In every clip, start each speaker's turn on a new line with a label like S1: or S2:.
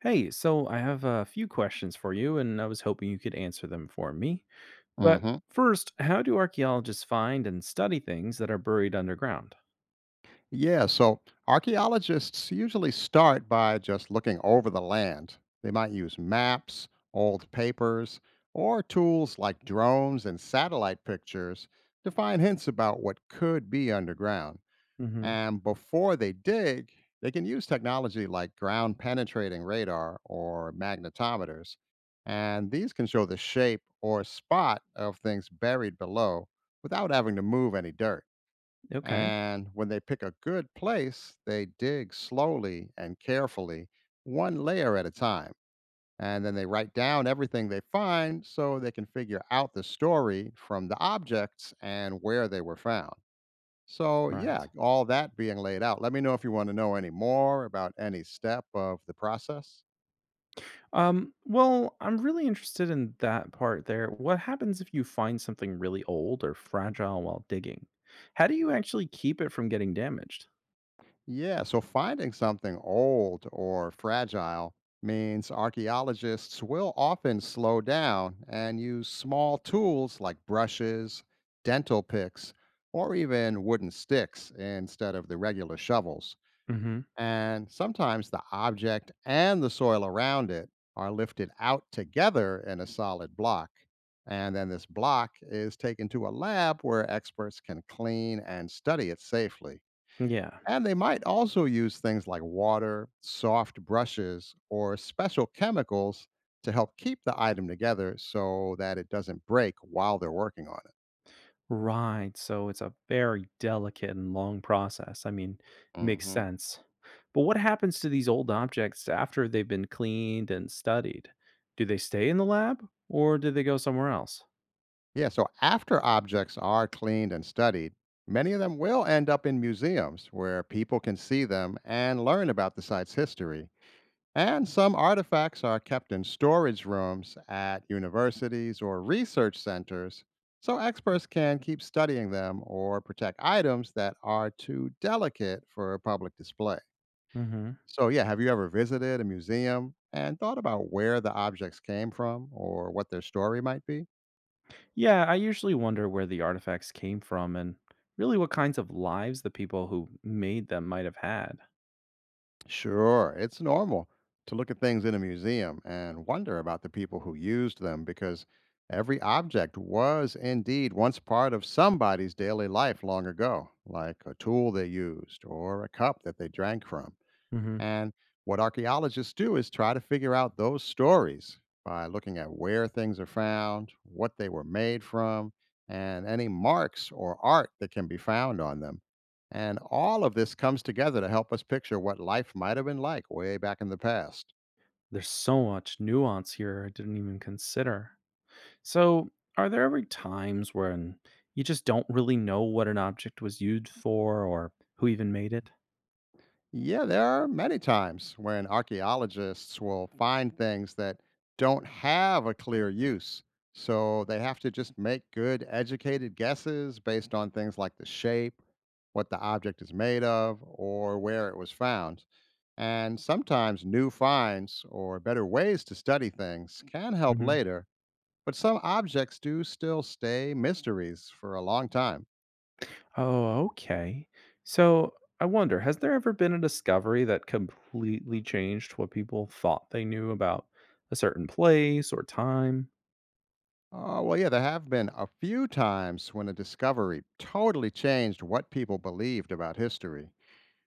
S1: Hey, so I have a few questions for you, and I was hoping you could answer them for me. But
S2: hmm
S1: first, how do archaeologists find and study things that are buried underground?
S2: Yeah, so archaeologists usually start by just looking over the land. They might use maps, old papers, or tools like drones and satellite pictures to find hints about what could be underground.
S1: Hmm.
S2: And before they dig, they can use technology like ground penetrating radar or magnetometers. And these can show the shape or spot of things buried below without having to move any dirt.
S1: Okay,
S2: And when they pick a good place, they dig slowly and carefully, one layer at a time. And then they write down everything they find so they can figure out the story from the objects and where they were found. So, yeah,
S1: right.
S2: all that being laid out. Let me know if you want to know any more about any step of the process.
S1: I'm really interested in that part there. What happens if you find something really old or fragile while digging? How do you actually keep it from getting damaged?
S2: Yeah, so finding something old or fragile means archaeologists will often slow down and use small tools like brushes, dental picks, or even wooden sticks instead of the regular shovels.
S1: Hmm.
S2: And sometimes the object and the soil around it are lifted out together in a solid block. And then this block is taken to a lab where experts can clean and study it safely.
S1: Yeah.
S2: And they might also use things like water, soft brushes, or special chemicals to help keep the item together so that it doesn't break while they're working on it.
S1: Right. So it's a very delicate and long process. I mean, it makes
S2: hmm
S1: sense. But what happens to these old objects after they've been cleaned and studied? Do they stay in the lab or do they go somewhere else?
S2: Yeah, so after objects are cleaned and studied, many of them will end up in museums where people can see them and learn about the site's history. And some artifacts are kept in storage rooms at universities or research centers so experts can keep studying them or protect items that are too delicate for public display.
S1: Mm-hmm.
S2: So, yeah, have you ever visited a museum and thought about where the objects came from or what their story might be?
S1: Yeah, I usually wonder where the artifacts came from and really what kinds of lives the people who made them might have had.
S2: Sure, it's normal to look at things in a museum and wonder about the people who used them because every object was indeed once part of somebody's daily life long ago, like a tool they used or a cup that they drank from.
S1: Hmm.
S2: And what archaeologists do is try to figure out those stories by looking at where things are found, what they were made from, and any marks or art that can be found on them. And all of this comes together to help us picture what life might have been like way back in the past.
S1: There's so much nuance here I didn't even consider. So, are there ever times when you just don't really know what an object was used for or who even made it?
S2: Yeah, there are many times when archaeologists will find things that don't have a clear use. So they have to just make good, educated guesses based on things like the shape, what the object is made of, or where it was found. And sometimes new finds or better ways to study things can help
S1: Hmm.
S2: later, but some objects do still stay mysteries for a long time.
S1: Oh, okay. So, I wonder, has there ever been a discovery that completely changed what people thought they knew about a certain place or time?
S2: Oh, well, yeah, there have been a few times when a discovery totally changed what people believed about history.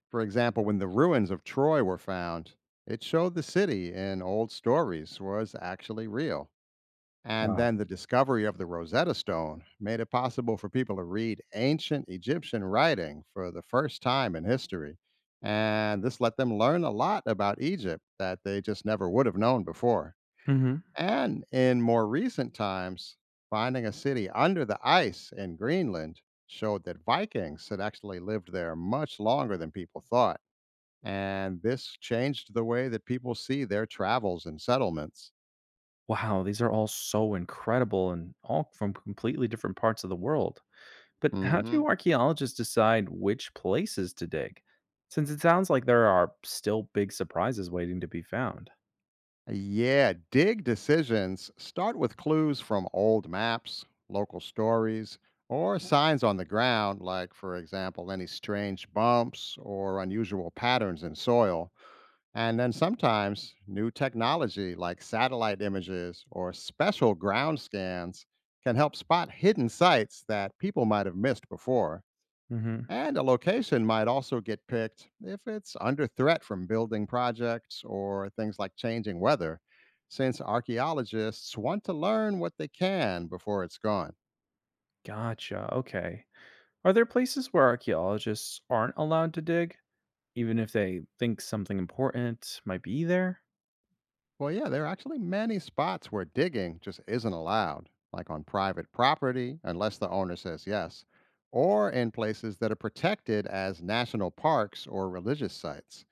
S2: For example, when the ruins of Troy were found, it showed the city in old stories was actually real. And
S1: Wow.
S2: then the discovery of the Rosetta Stone made it possible for people to read ancient Egyptian writing for the first time in history. And this let them learn a lot about Egypt that they just never would have known before.
S1: Mhm.
S2: And in more recent times, finding a city under the ice in Greenland showed that Vikings had actually lived there much longer than people thought. And this changed the way that people see their travels and settlements.
S1: Wow, these are all so incredible and all from completely different parts of the world. But how
S2: hmm
S1: do archaeologists decide which places to dig? Since it sounds like there are still big surprises waiting to be found.
S2: Yeah, dig decisions start with clues from old maps, local stories, or signs on the ground, like, for example, any strange bumps or unusual patterns in soil. And then sometimes new technology like satellite images or special ground scans can help spot hidden sites that people might have missed before.
S1: Hmm.
S2: And a location might also get picked if it's under threat from building projects or things like changing weather, since archaeologists want to learn what they can before it's gone.
S1: Gotcha. Okay. Are there places where archaeologists aren't allowed to dig, even if they think something important might be there?
S2: Well, yeah, there are actually many spots where digging just isn't allowed, like on private property, unless the owner says yes, or in places that are protected as national parks or religious sites.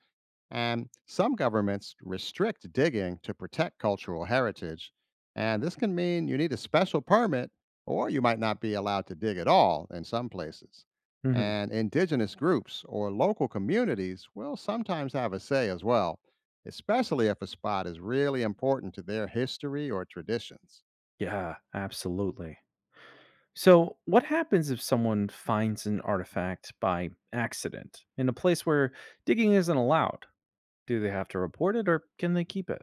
S2: And some governments restrict digging to protect cultural heritage. And this can mean you need a special permit or you might not be allowed to dig at all in some places.
S1: Hmm.
S2: And indigenous groups or local communities will sometimes have a say as well, especially if a spot is really important to their history or traditions.
S1: Yeah, absolutely. So, what happens if someone finds an artifact by accident in a place where digging isn't allowed? Do they have to report it or can they keep it?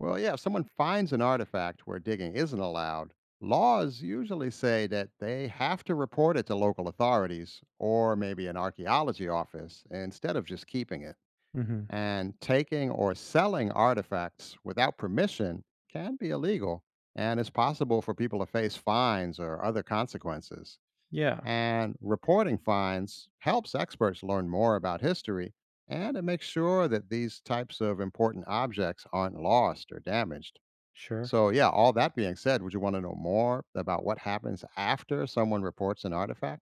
S2: Well, yeah, if someone finds an artifact where digging isn't allowed, laws usually say that they have to report it to local authorities or maybe an archaeology office instead of just keeping it.
S1: Hmm.
S2: And taking or selling artifacts without permission can be illegal, and it's possible for people to face fines or other consequences.
S1: Yeah,
S2: And reporting fines helps experts learn more about history, and it makes sure that these types of important objects aren't lost or damaged.
S1: sure.
S2: So, yeah, all that being said, would you want to know more about what happens after someone reports an artifact?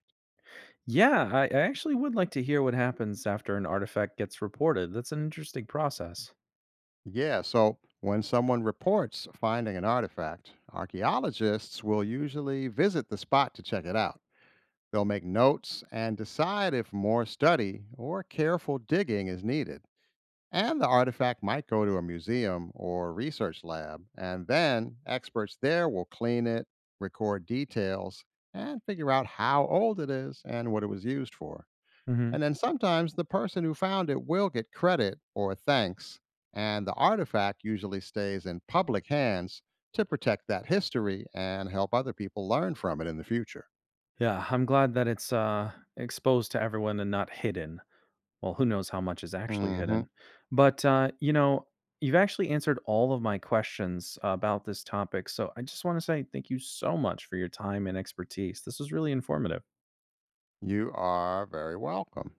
S1: Yeah, I actually would like to hear what happens after an artifact gets reported. That's an interesting process.
S2: Yeah, so when someone reports finding an artifact, archaeologists will usually visit the spot to check it out. They'll make notes and decide if more study or careful digging is needed. And the artifact might go to a museum or research lab, and then experts there will clean it, record details, and figure out how old it is and what it was used for. And
S1: Hmm.
S2: then sometimes the person who found it will get credit or thanks, and the artifact usually stays in public hands to protect that history and help other people learn from it in the future.
S1: Yeah, I'm glad that it's exposed to everyone and not hidden. Well, who knows how much is actually
S2: hmm
S1: hidden. But you've actually answered all of my questions about this topic. So I just want to say thank you so much for your time and expertise. This was really informative.
S2: You are very welcome.